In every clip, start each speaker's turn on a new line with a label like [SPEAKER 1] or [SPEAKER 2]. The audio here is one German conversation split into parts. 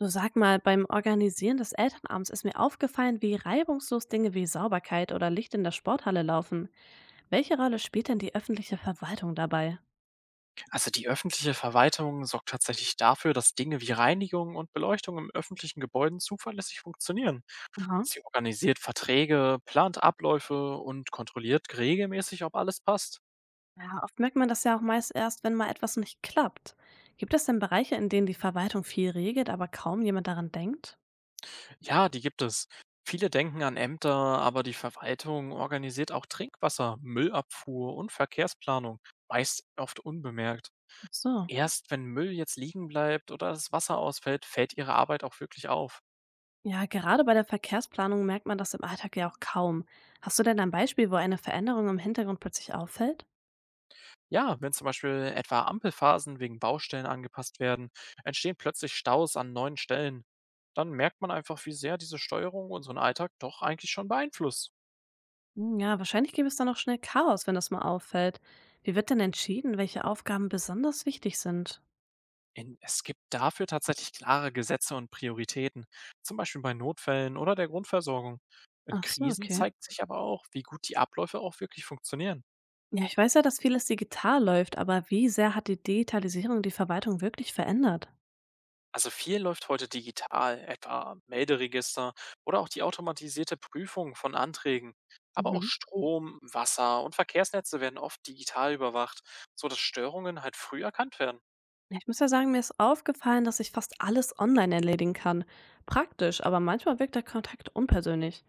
[SPEAKER 1] Du, sag mal, beim Organisieren des Elternabends ist mir aufgefallen, wie reibungslos Dinge wie Sauberkeit oder Licht in der Sporthalle laufen. Welche Rolle spielt denn die öffentliche Verwaltung dabei?
[SPEAKER 2] Also die öffentliche Verwaltung sorgt tatsächlich dafür, dass Dinge wie Reinigung und Beleuchtung im öffentlichen Gebäuden zuverlässig funktionieren.
[SPEAKER 1] Aha.
[SPEAKER 2] Sie organisiert Verträge, plant Abläufe und kontrolliert regelmäßig, ob alles passt.
[SPEAKER 1] Ja, oft merkt man das ja auch meist erst, wenn mal etwas nicht klappt. Gibt es denn Bereiche, in denen die Verwaltung viel regelt, aber kaum jemand daran denkt?
[SPEAKER 2] Ja, die gibt es. Viele denken an Ämter, aber die Verwaltung organisiert auch Trinkwasser, Müllabfuhr und Verkehrsplanung, meist oft unbemerkt.
[SPEAKER 1] Ach so.
[SPEAKER 2] Erst wenn Müll jetzt liegen bleibt oder das Wasser ausfällt, fällt ihre Arbeit auch wirklich auf.
[SPEAKER 1] Ja, gerade bei der Verkehrsplanung merkt man das im Alltag ja auch kaum. Hast du denn ein Beispiel, wo eine Veränderung im Hintergrund plötzlich auffällt?
[SPEAKER 2] Ja, wenn zum Beispiel etwa Ampelphasen wegen Baustellen angepasst werden, entstehen plötzlich Staus an neuen Stellen. Dann merkt man einfach, wie sehr diese Steuerung unseren Alltag doch eigentlich schon beeinflusst.
[SPEAKER 1] Hm, ja, wahrscheinlich gäbe es dann auch schnell Chaos, wenn das mal auffällt. Wie wird denn entschieden, welche Aufgaben besonders wichtig sind?
[SPEAKER 2] Es gibt dafür tatsächlich klare Gesetze und Prioritäten, zum Beispiel bei Notfällen oder der Grundversorgung. In
[SPEAKER 1] Ach so,
[SPEAKER 2] Krisen
[SPEAKER 1] okay.
[SPEAKER 2] zeigt sich aber auch, wie gut die Abläufe auch wirklich funktionieren.
[SPEAKER 1] Ja, ich weiß ja, dass vieles digital läuft, aber wie sehr hat die Digitalisierung die Verwaltung wirklich verändert?
[SPEAKER 2] Also viel läuft heute digital, etwa Melderegister oder auch die automatisierte Prüfung von Anträgen. Aber auch
[SPEAKER 1] Mhm.
[SPEAKER 2] Strom, Wasser und Verkehrsnetze werden oft digital überwacht, so dass Störungen halt früh erkannt werden.
[SPEAKER 1] Ja, ich muss ja sagen, mir ist aufgefallen, dass ich fast alles online erledigen kann. Praktisch, aber manchmal wirkt der Kontakt unpersönlich.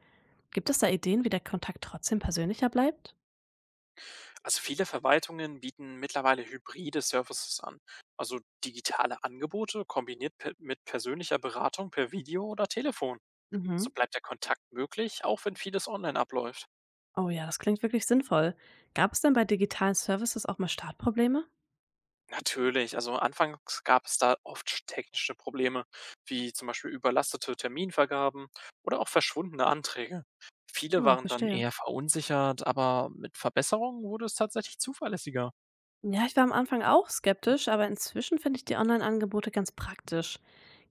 [SPEAKER 1] Gibt es da Ideen, wie der Kontakt trotzdem persönlicher bleibt?
[SPEAKER 2] Also viele Verwaltungen bieten mittlerweile hybride Services an, also digitale Angebote kombiniert mit persönlicher Beratung per Video oder Telefon. So
[SPEAKER 1] Mhm.
[SPEAKER 2] bleibt der Kontakt möglich, auch wenn vieles online abläuft.
[SPEAKER 1] Oh ja, das klingt wirklich sinnvoll. Gab es denn bei digitalen Services auch mal Startprobleme?
[SPEAKER 2] Natürlich, also anfangs gab es da oft technische Probleme, wie zum Beispiel überlastete Terminvergaben oder auch verschwundene Anträge. Viele
[SPEAKER 1] Ja,
[SPEAKER 2] waren dann
[SPEAKER 1] verstehe.
[SPEAKER 2] eher verunsichert, aber mit Verbesserungen wurde es tatsächlich zuverlässiger.
[SPEAKER 1] Ja, ich war am Anfang auch skeptisch, aber inzwischen finde ich die Online-Angebote ganz praktisch.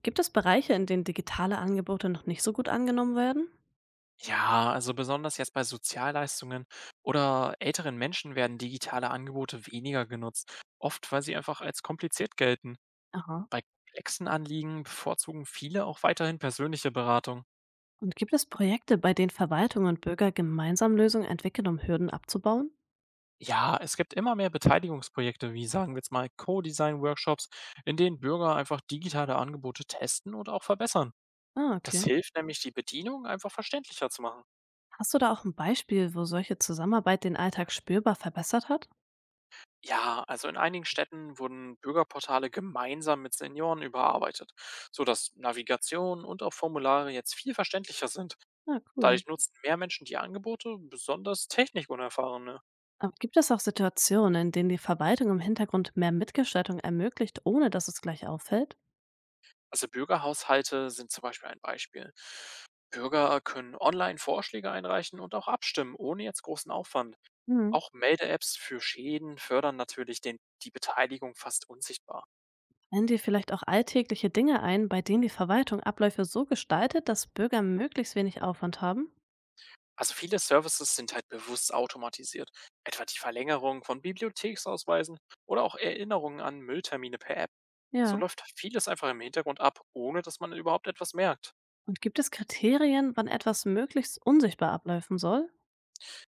[SPEAKER 1] Gibt es Bereiche, in denen digitale Angebote noch nicht so gut angenommen werden?
[SPEAKER 2] Ja, also besonders jetzt bei Sozialleistungen oder älteren Menschen werden digitale Angebote weniger genutzt, oft weil sie einfach als kompliziert gelten.
[SPEAKER 1] Aha.
[SPEAKER 2] Bei komplexen Anliegen bevorzugen viele auch weiterhin persönliche Beratung.
[SPEAKER 1] Und gibt es Projekte, bei denen Verwaltung und Bürger gemeinsam Lösungen entwickeln, um Hürden abzubauen?
[SPEAKER 2] Ja, es gibt immer mehr Beteiligungsprojekte, wie sagen wir jetzt mal Co-Design-Workshops, in denen Bürger einfach digitale Angebote testen und auch verbessern.
[SPEAKER 1] Ah,
[SPEAKER 2] Das
[SPEAKER 1] okay.
[SPEAKER 2] hilft nämlich, die Bedienung einfach verständlicher zu machen.
[SPEAKER 1] Hast du da auch ein Beispiel, wo solche Zusammenarbeit den Alltag spürbar verbessert hat?
[SPEAKER 2] Ja, also in einigen Städten wurden Bürgerportale gemeinsam mit Senioren überarbeitet, sodass Navigation und auch Formulare jetzt viel verständlicher sind.
[SPEAKER 1] Ah, cool.
[SPEAKER 2] Dadurch nutzen mehr Menschen die Angebote, besonders technikunerfahrene.
[SPEAKER 1] Aber gibt es auch Situationen, in denen die Verwaltung im Hintergrund mehr Mitgestaltung ermöglicht, ohne dass es gleich auffällt?
[SPEAKER 2] Also Bürgerhaushalte sind zum Beispiel ein Beispiel. Bürger können online Vorschläge einreichen und auch abstimmen, ohne jetzt großen Aufwand.
[SPEAKER 1] Hm.
[SPEAKER 2] Auch Melde-Apps für Schäden fördern natürlich die Beteiligung fast unsichtbar.
[SPEAKER 1] Fallen dir vielleicht auch alltägliche Dinge ein, bei denen die Verwaltung Abläufe so gestaltet, dass Bürger möglichst wenig Aufwand haben?
[SPEAKER 2] Also viele Services sind halt bewusst automatisiert, etwa die Verlängerung von Bibliotheksausweisen oder auch Erinnerungen an Mülltermine per App. So
[SPEAKER 1] Ja.
[SPEAKER 2] läuft vieles einfach im Hintergrund ab, ohne dass man überhaupt etwas merkt.
[SPEAKER 1] Und gibt es Kriterien, wann etwas möglichst unsichtbar ablaufen soll?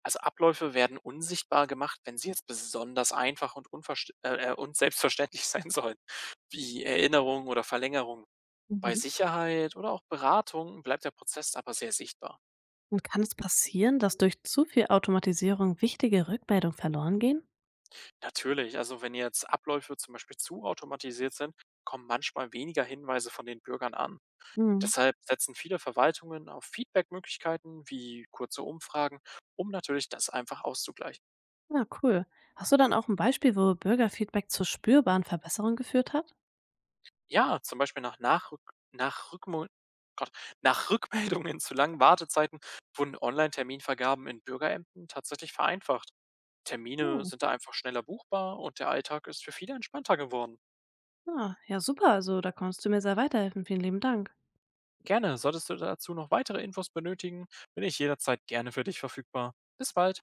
[SPEAKER 2] Also, Abläufe werden unsichtbar gemacht, wenn sie jetzt besonders einfach und unverst und selbstverständlich sein sollen, wie Erinnerungen oder Verlängerungen. Bei
[SPEAKER 1] Mhm.
[SPEAKER 2] Sicherheit oder auch Beratung bleibt der Prozess aber sehr sichtbar.
[SPEAKER 1] Und kann es passieren, dass durch zu viel Automatisierung wichtige Rückmeldungen verloren gehen?
[SPEAKER 2] Natürlich, also wenn jetzt Abläufe zum Beispiel zu automatisiert sind, kommen manchmal weniger Hinweise von den Bürgern an.
[SPEAKER 1] Mhm.
[SPEAKER 2] Deshalb setzen viele Verwaltungen auf Feedbackmöglichkeiten wie kurze Umfragen, um natürlich das einfach auszugleichen.
[SPEAKER 1] Ja, cool. Hast du dann auch ein Beispiel, wo Bürgerfeedback zur spürbaren Verbesserung geführt hat?
[SPEAKER 2] Ja, zum Beispiel nach Nachrück nach Rückmol Gott, nach Rückmeldungen zu langen Wartezeiten wurden Online-Terminvergaben in Bürgerämtern tatsächlich vereinfacht.
[SPEAKER 1] Ja,
[SPEAKER 2] Termine sind da einfach schneller buchbar und der Alltag ist für viele entspannter geworden.
[SPEAKER 1] ja, ja, super. Also da konntest du mir sehr weiterhelfen. Vielen lieben Dank.
[SPEAKER 2] Gerne, solltest du dazu noch weitere Infos benötigen, bin ich jederzeit gerne für dich verfügbar. Bis bald.